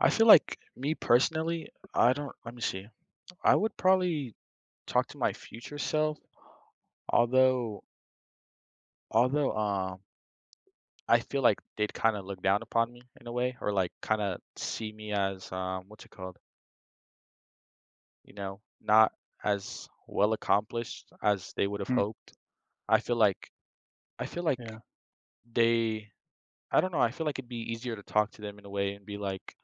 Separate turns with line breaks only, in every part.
I feel like me personally, I don't let me see. I would probably talk to my future self, although although I feel like they'd kind of look down upon me in a way or like kind of see me as what's it called? You know, not as well accomplished as they would have
Hmm.
hoped. I feel like I feel like
Yeah.
they I don't know, I feel like it'd be easier to talk to them in a way and be like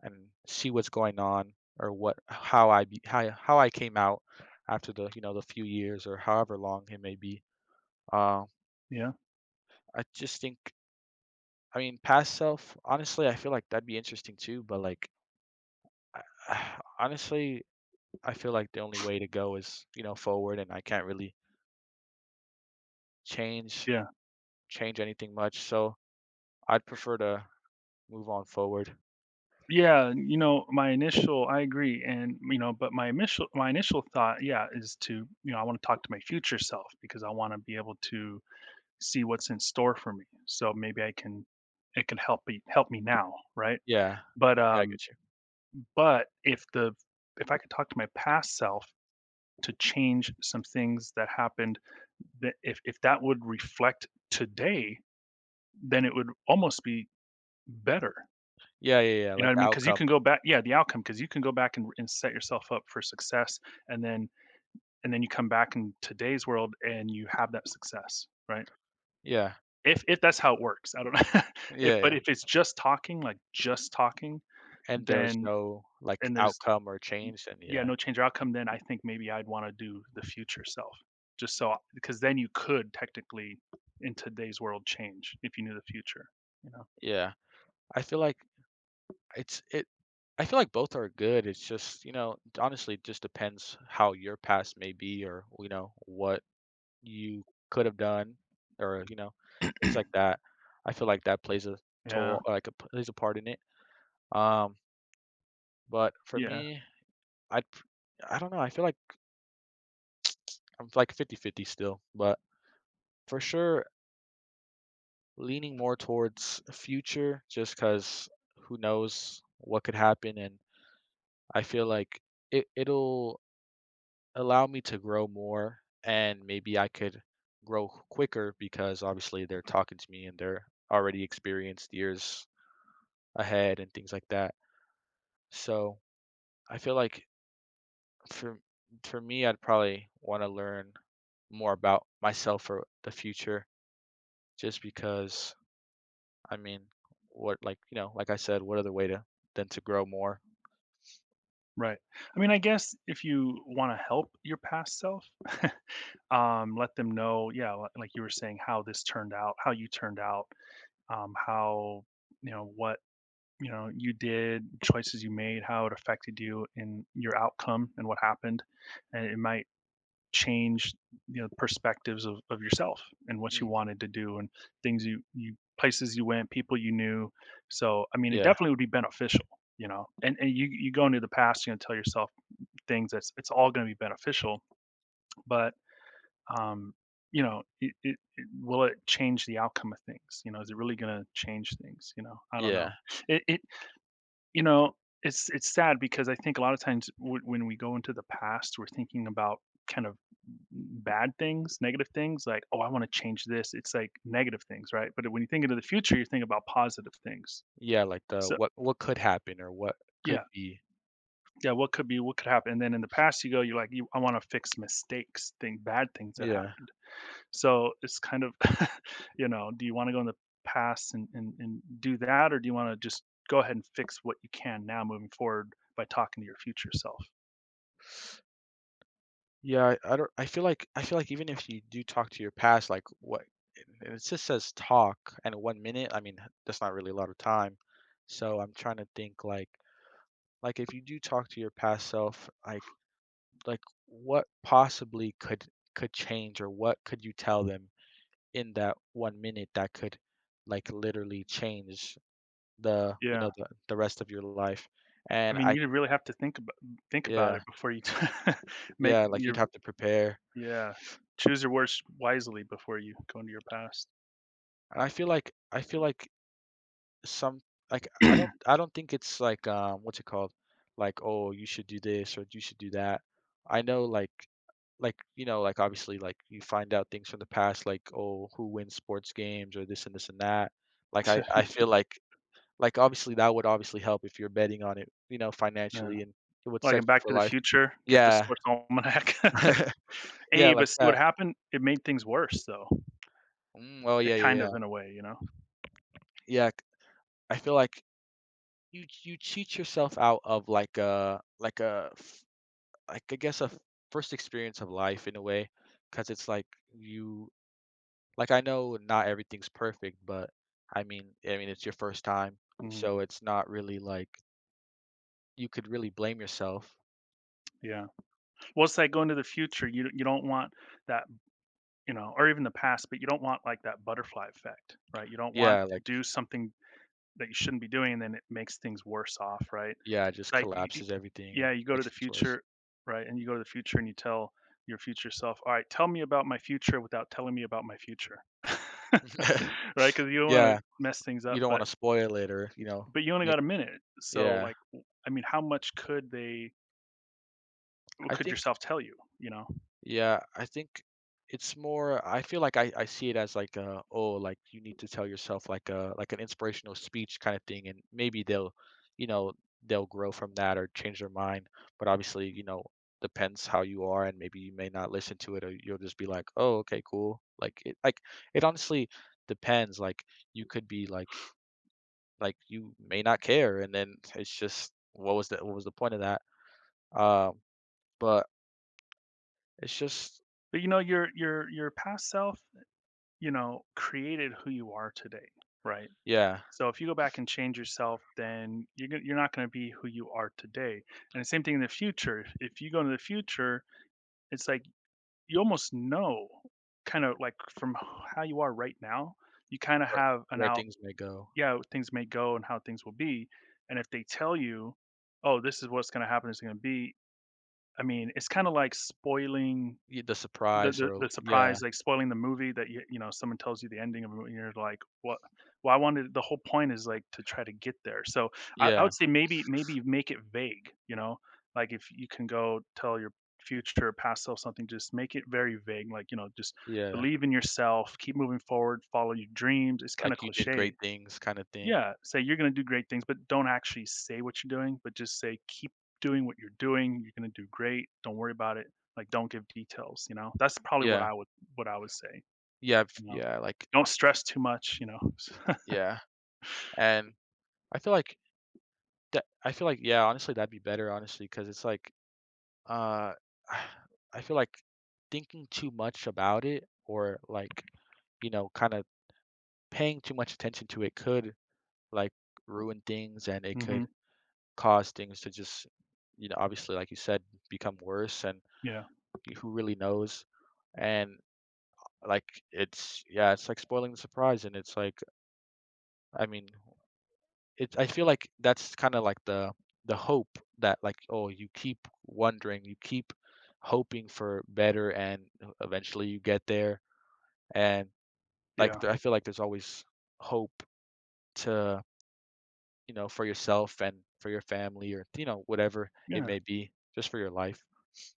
and see what's going on or what how I be, how I came out after the the few years or however long it may be. Uh,
Yeah.
I just think, I mean, past self. Honestly, I feel like that'd be interesting too. But like honestly, I feel like the only way to go is, forward, and I can't really change
Yeah.
anything much. So I'd prefer to move on forward.
Yeah. And, my initial, I agree. And, but my initial thought, yeah, is to, I want to talk to my future self because I want to be able to see what's in store for me. So maybe I can, it can help me now. Right.
Yeah,
But,
yeah, I
um,
get you.
but if I could talk to my past self to change some things that happened, that if that would reflect today, then it would almost be better.
Yeah, yeah, yeah.
You know
Like
what I
the
mean? Because you
outcome.
can go back, yeah, the outcome, because you can go back and set yourself up for success, and then and then you come back in today's world and you have that success, right?
Yeah,
If that's how it works, I don't know. If
yeah,
but
yeah.
if it's just talking, like just talking,
And there was
then
no, like,
and there's
outcome or change, then
yeah,
yeah.
no change or outcome, then I think maybe I'd want to do the future self. Just so because then you could technically in today's world change if you knew the future, you know?
Yeah. I feel like it's it I feel like both are good, it's just, you know, it honestly, it just depends how your past may be or, what you could have done or, things like that. I feel like that plays a
Yeah.
toll like, a plays a part in it. Um, but for
Yeah.
me, I'd p I do not know, I feel like I'm, like, fifty-fifty still, but for sure leaning more towards future just 'cause who knows what could happen, and I feel like it'll allow me to grow more and maybe I could grow quicker because obviously they're talking to me and they're already experienced years ahead and things like that. So, I feel like for for me, I'd probably wanna learn more about myself for the future just because, I mean, what like, you know, like I said, what other way to than to grow more?
Right. I mean, I guess if you wanna help your past self, let them know, yeah, li like you were saying, how this turned out, how you turned out, how, what, you did, choices you made, how it affected you in your outcome and what happened, and it might change, perspectives of yourself and what you
Mm,
wanted to do and things you you places you went, people you knew. So, I mean, it
yeah,
definitely would be beneficial, you know? And you go into the past, tell yourself things that's it's all going to be beneficial, but um it, it, it will it change the outcome of things? You know, is it really going to change things? You know, I don't
yeah,
know. It you know it's sad because I think a lot of times, when we go into the past, we're thinking about kind of bad things, negative things, like, oh, I want to change this. It's like negative things, right? But when you think into the future, you're thinking about positive things.
yeah, like the
So
what could happen or what could
yeah,
be.
yeah, what could be, what could happen. And then in the past you go you're like I want to fix mistakes thing bad things that
Yeah.
happened. So it's kind of, do you want to go in the past and do that, or do you want to just go ahead and fix what you can now moving forward by talking to your future self?
Yeah, I don't I feel like even if you do talk to your past, like what and it just says talk and 1 minute, I mean, that's not really a lot of time. So I'm trying to think like if you do talk to your past self, like what possibly could change or what could you tell them in that 1 minute that could like literally change the, you
Yeah,
know, the the rest of your life.
I
And
mean,
I
you really have to think about
Yeah,
it before you make
yeah, like you'd
your
have to prepare.
yeah, choose your words wisely before you go into your past.
And I feel like some like I don't think it's like, what's it called? Like, "Oh, you should do this or you should do that." I know like obviously, like, you find out things from the past, like, "Oh, who wins sports games or this and this and that." Like I feel like, obviously, that would obviously help if you're betting on it, you know,
Yeah.
financially, and it would
Like
set
in
you
Back
for
to the
life.
Future, get the
Yeah.
sports almanac.
Yeah,
a
like
but see what
that.
happened? It made things worse, though.
Mm, oh,
It
yeah, yeah,
kind of,
yeah.
in a way.
Yeah, c I feel like you cheat yourself out of, like a f like, I guess, a f first experience of life in a way, because it's like you, like, I know not everything's perfect, but, I mean, it's your first time,
Mhm.
so it's not really like you could really blame yourself.
Yeah. What's that going to the future? You don't want that, or even the past, but you don't want like that butterfly effect, right? You don't want
Yeah,
to
like
do something that you shouldn't be doing, and then it makes things worse off, right?
yeah, it
It's
just
like, y y
collapses everything and
yeah, you go to
makes
the
things worse.
future, right? And you go to the future and you tell your future self, all right, tell me about my future without telling me about my future, right? Because you don't want to
Yeah,
mess things
you
up,
don't
but
wanna spoil it or, you know,
but you only
make
got a minute. So
yeah.
like, I mean, how much could they, what
I
could
think
yourself tell you, you know?
Yeah, I think it's more. I feel like I see it as like a, "Oh, like, you need to tell yourself like a like an inspirational speech kinda thing," and maybe they'll, you know, they'll grow from that or change their mind, but obviously, depends how you are and maybe you may not listen to it or you'll just be like, "Oh, okay, cool." Like, it honestly depends, like, you could be, like you may not care and then it's just what was the point of that, um but it's just
But, your past self, created who you are today, right?
yeah.
So if you go back and change yourself, then you're not gonna be who you are today, and the same thing in the future. If you go into the future, it's like you almost know, kinda like from how you are right now, you kinda
where,
have an
where
out,
things may go.
yeah, things may go and how things will be. And if they tell you, oh, this is what's going to happen, it's going to be, I mean, it's kind of like spoiling
The
the,
surprise,
the
or
the
yeah.
surprise, like spoiling the movie that someone tells you the ending of a movie, and you're like, what? Well, I wanted the whole point is like to try to get there. So I
Yeah,
would say maybe make it vague. You know, like if you can go tell your future or past self something, just make it very vague, like, just
yeah,
believe in yourself, keep moving forward, follow your dreams. It's
like
kind of
you did great
cliche.
things kind of thing.
Yeah, say you're gonna do great things, but don't actually say what you're doing, but just say, "Keep doing what you're doing, you're gonna do great, don't worry about it." Like, don't give details, you know? That's probably what
Yeah.
I would what I would say,
yeah
you know?
Yeah, like,
Don't stress too much, you know?
yeah, and i feel like I feel like, yeah, honestly, that'd be better honestly, because it's like, uh I feel like thinking too much about it or, like, you know, kind of paying too much attention to it could, like, ruin things and it
Mhm.
could cause things to just, obviously, like you said, become worse, and
Yeah,
who really knows, and like it's yeah, it's like spoiling the surprise, and it's like, I mean, it I feel like that's kind of like the hope that, like, oh, you keep wondering, you keep hoping for better and eventually you get there, and
yeah,
I feel like there's always hope to you know, for yourself and for your family or, you know, whatever it
yeah.
may be, just for your life.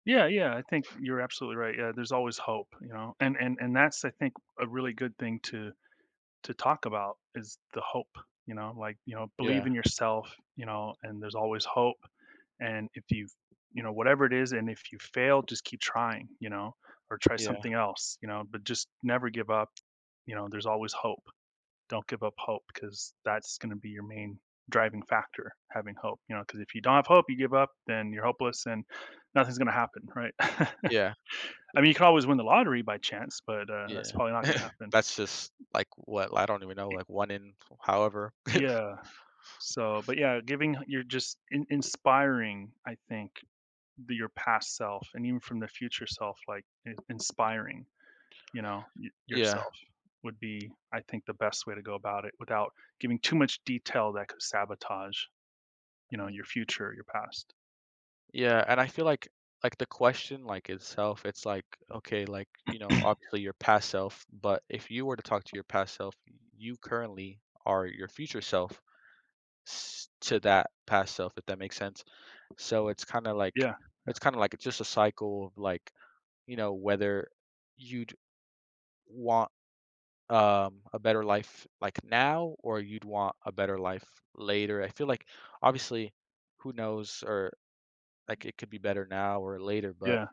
Yeah, yeah, I think you're absolutely right. Yeah, there's always hope, you know, and that's I think a really good thing to talk about is the hope. You know, like, believe
Yeah,
in yourself. You know, and there's always hope. And if you, whatever it is, and if you fail, just keep trying. You know, or try
yeah,
something else. You know, but just never give up. You know, there's always hope. Don't give up hope, because that's going to be your main driving factor, having hope. You know, because if you don't have hope, you give up, then you're hopeless, and nothing's going to happen, right? I
yeah,
mean, you could always win the lottery by chance, but, that's
yeah.
probably not gonna happen.
That's just like what I don't even know,
Y
like, one in however.
yeah. So, but yeah, giving you're just in inspiring, I think, the your past self and even from the future self, like, in inspiring, y
Yeah.
yourself would be, I think, the best way to go about it without giving too much detail that could sabotage, your
Mm.
future, your past.
Yeah, and I feel like the question, like, itself, it's like, okay, like, obviously, your past self, but if you were to talk to your past self, you currently are your future self to that past self, if that makes sense. So it's kinda like
Yeah,
it's kinda like it's just a cycle of, like, you know, whether you'd want, a better life like now or you'd want a better life later. I feel like obviously who knows, or like it could be better now or later, but
yeah.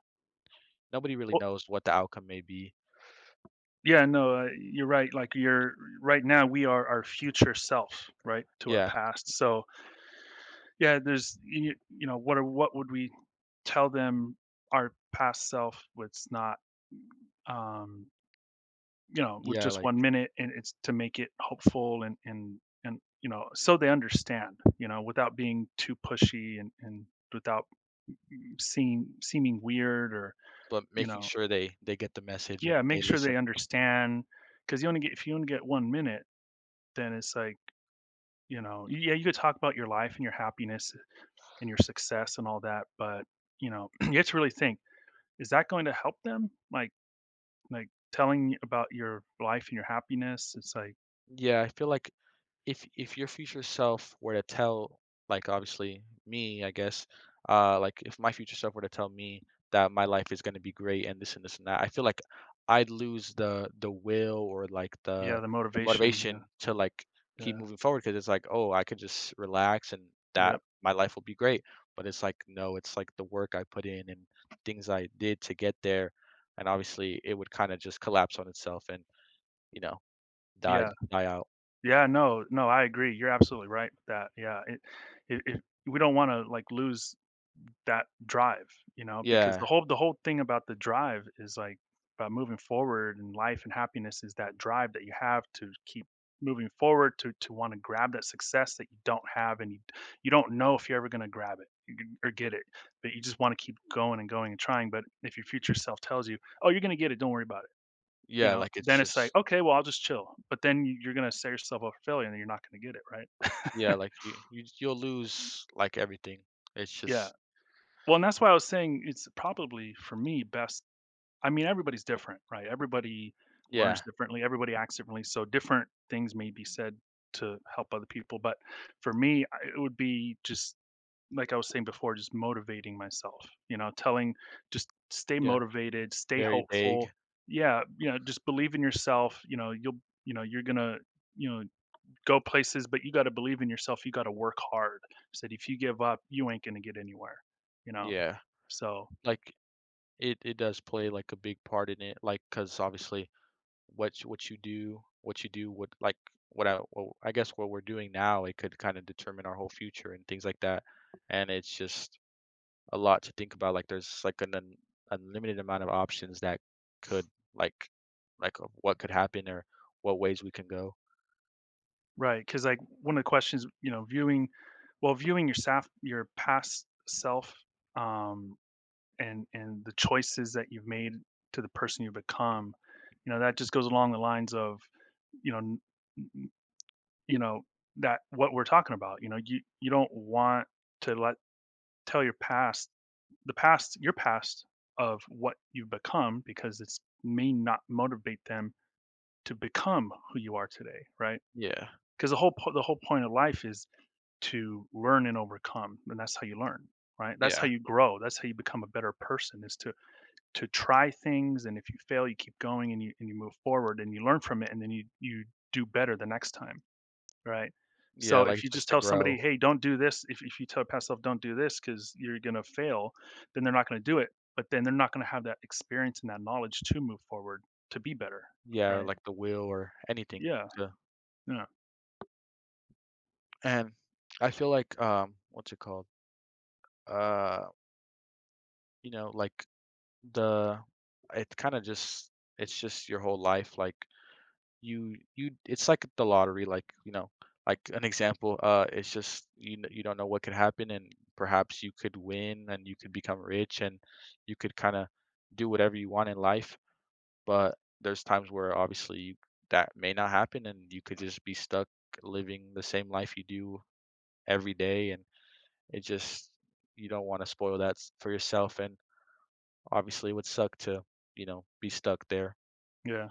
nobody really
Well,
knows what the outcome may be.
yeah, no, you're right. Like you're right now, we are our future self, right, to our
Yeah.
past. So yeah, there's what would we tell them our past self was not um with
Yeah,
just
like,
1 minute, and it's to make it hopeful, and so they understand, without being too pushy, and without seeming weird, or
but
you
making
know
sure they get the message
yeah,
and they
make sure
listen.
they understand because you only get if you only get 1 minute, then it's like. You know, yeah, you could talk about your life and your happiness and your success and all that, but, you know, you have to really think, is that going to help them? Like telling about your life and your happiness, it's like,
Yeah, I feel like if your future self were to tell, like, obviously, me, I guess, like if my future self were to tell me that my life is going to be great and this and this and that, I feel like I'd lose the will or like
yeah, the
the
motivation, yeah,
motivation to like keep
yeah,
moving forward, because it's like, oh, I could just relax and that
yep,
my life will be great. But it's like, no, it's like the work I put in and things I did to get there, and obviously it would kind of just collapse on itself and, you know, die
yeah,
out.
yeah, no, no, I agree. You're absolutely right with that. Yeah, it, we don't want to like lose that drive, because
Yeah.
the whole thing about the drive is, like, about moving forward in life and happiness is that drive that you have to keep moving forward to wanna grab that success that you don't have and you don't know if you're ever gonna grab it, you g or get it, but you just wanna keep going and going and trying, but if your future self tells you, "Oh, you're gonna get it, don't worry about it," you
Yeah,
know,
like, it's
then it's like,
just
"Okay, well, I'll just chill," but then you're gonna set yourself up for failure and then you're not gonna get it,
yeah,
right?
like, you'll lose, like, everything. It's
Yeah.
just
Well, and that's why I was saying it's probably, for me, best. I mean, everybody's different, right? Everybody learns
yeah,
differently, everybody acts differently, so different things may be said to help other people, but for me, I it would be just like I was saying before, just motivating myself, you know, telling just stay
yeah,
motivated, stay
very
hopeful.
vague.
Yeah, you know, just believe in yourself, you're going to you know, go places, but you got to believe in yourself. You got to work hard. Said if you give up, you ain't going to get anywhere, you know.
Yeah,
So
like, it does play, like, a big part in it, like, because obviously what you do would like, what I well, I guess what we're doing now, it could kinda determine our whole future and things like that, and it's just a lot to think about, like, there's, like, an un unlimited amount of options that could, like, of what could happen or what ways we can go.
right, because like, one of the questions, viewing, well, viewing your past self, um, and the choices that you've made to the person you've become, that just goes along the lines of, n you know, that what we're talking about, you don't want to let tell your past the past of what you've become because it's may not motivate them to become who you are today, right?
Yeah,
Because the whole point of life is to learn and overcome, and that's how you learn, right? That's how
yeah.
you grow. That's how you become a better person is to try things, and if you fail, you keep going and you move forward and you learn from it, and then you do better the next time, right?
Yeah,
So
like,
if you
just
just
to
tell
grow.
somebody, hey, don't do this, if you tell your past self, don't do this because you're gonna fail, then they're not gonna do it. But then they're not gonna have that experience and that knowledge to move forward to be better,
Yeah, or,
right?
like, the wheel, or anything
Yeah.
to
Yeah.
and I feel like, what's it called? Uh, you know, like, the it kinda just it's just your whole life, like, you it's like the lottery, like, you know, like, an example, it's just you don't know what could happen, and perhaps you could win, and you could become rich, and you could kinda do whatever you want in life. But there's times where obviously that may not happen and you could just be stuck living the same life you do every day, and it just, you don't want to spoil that for yourself, and obviously it would suck to, you know, be stuck there.
Yeah.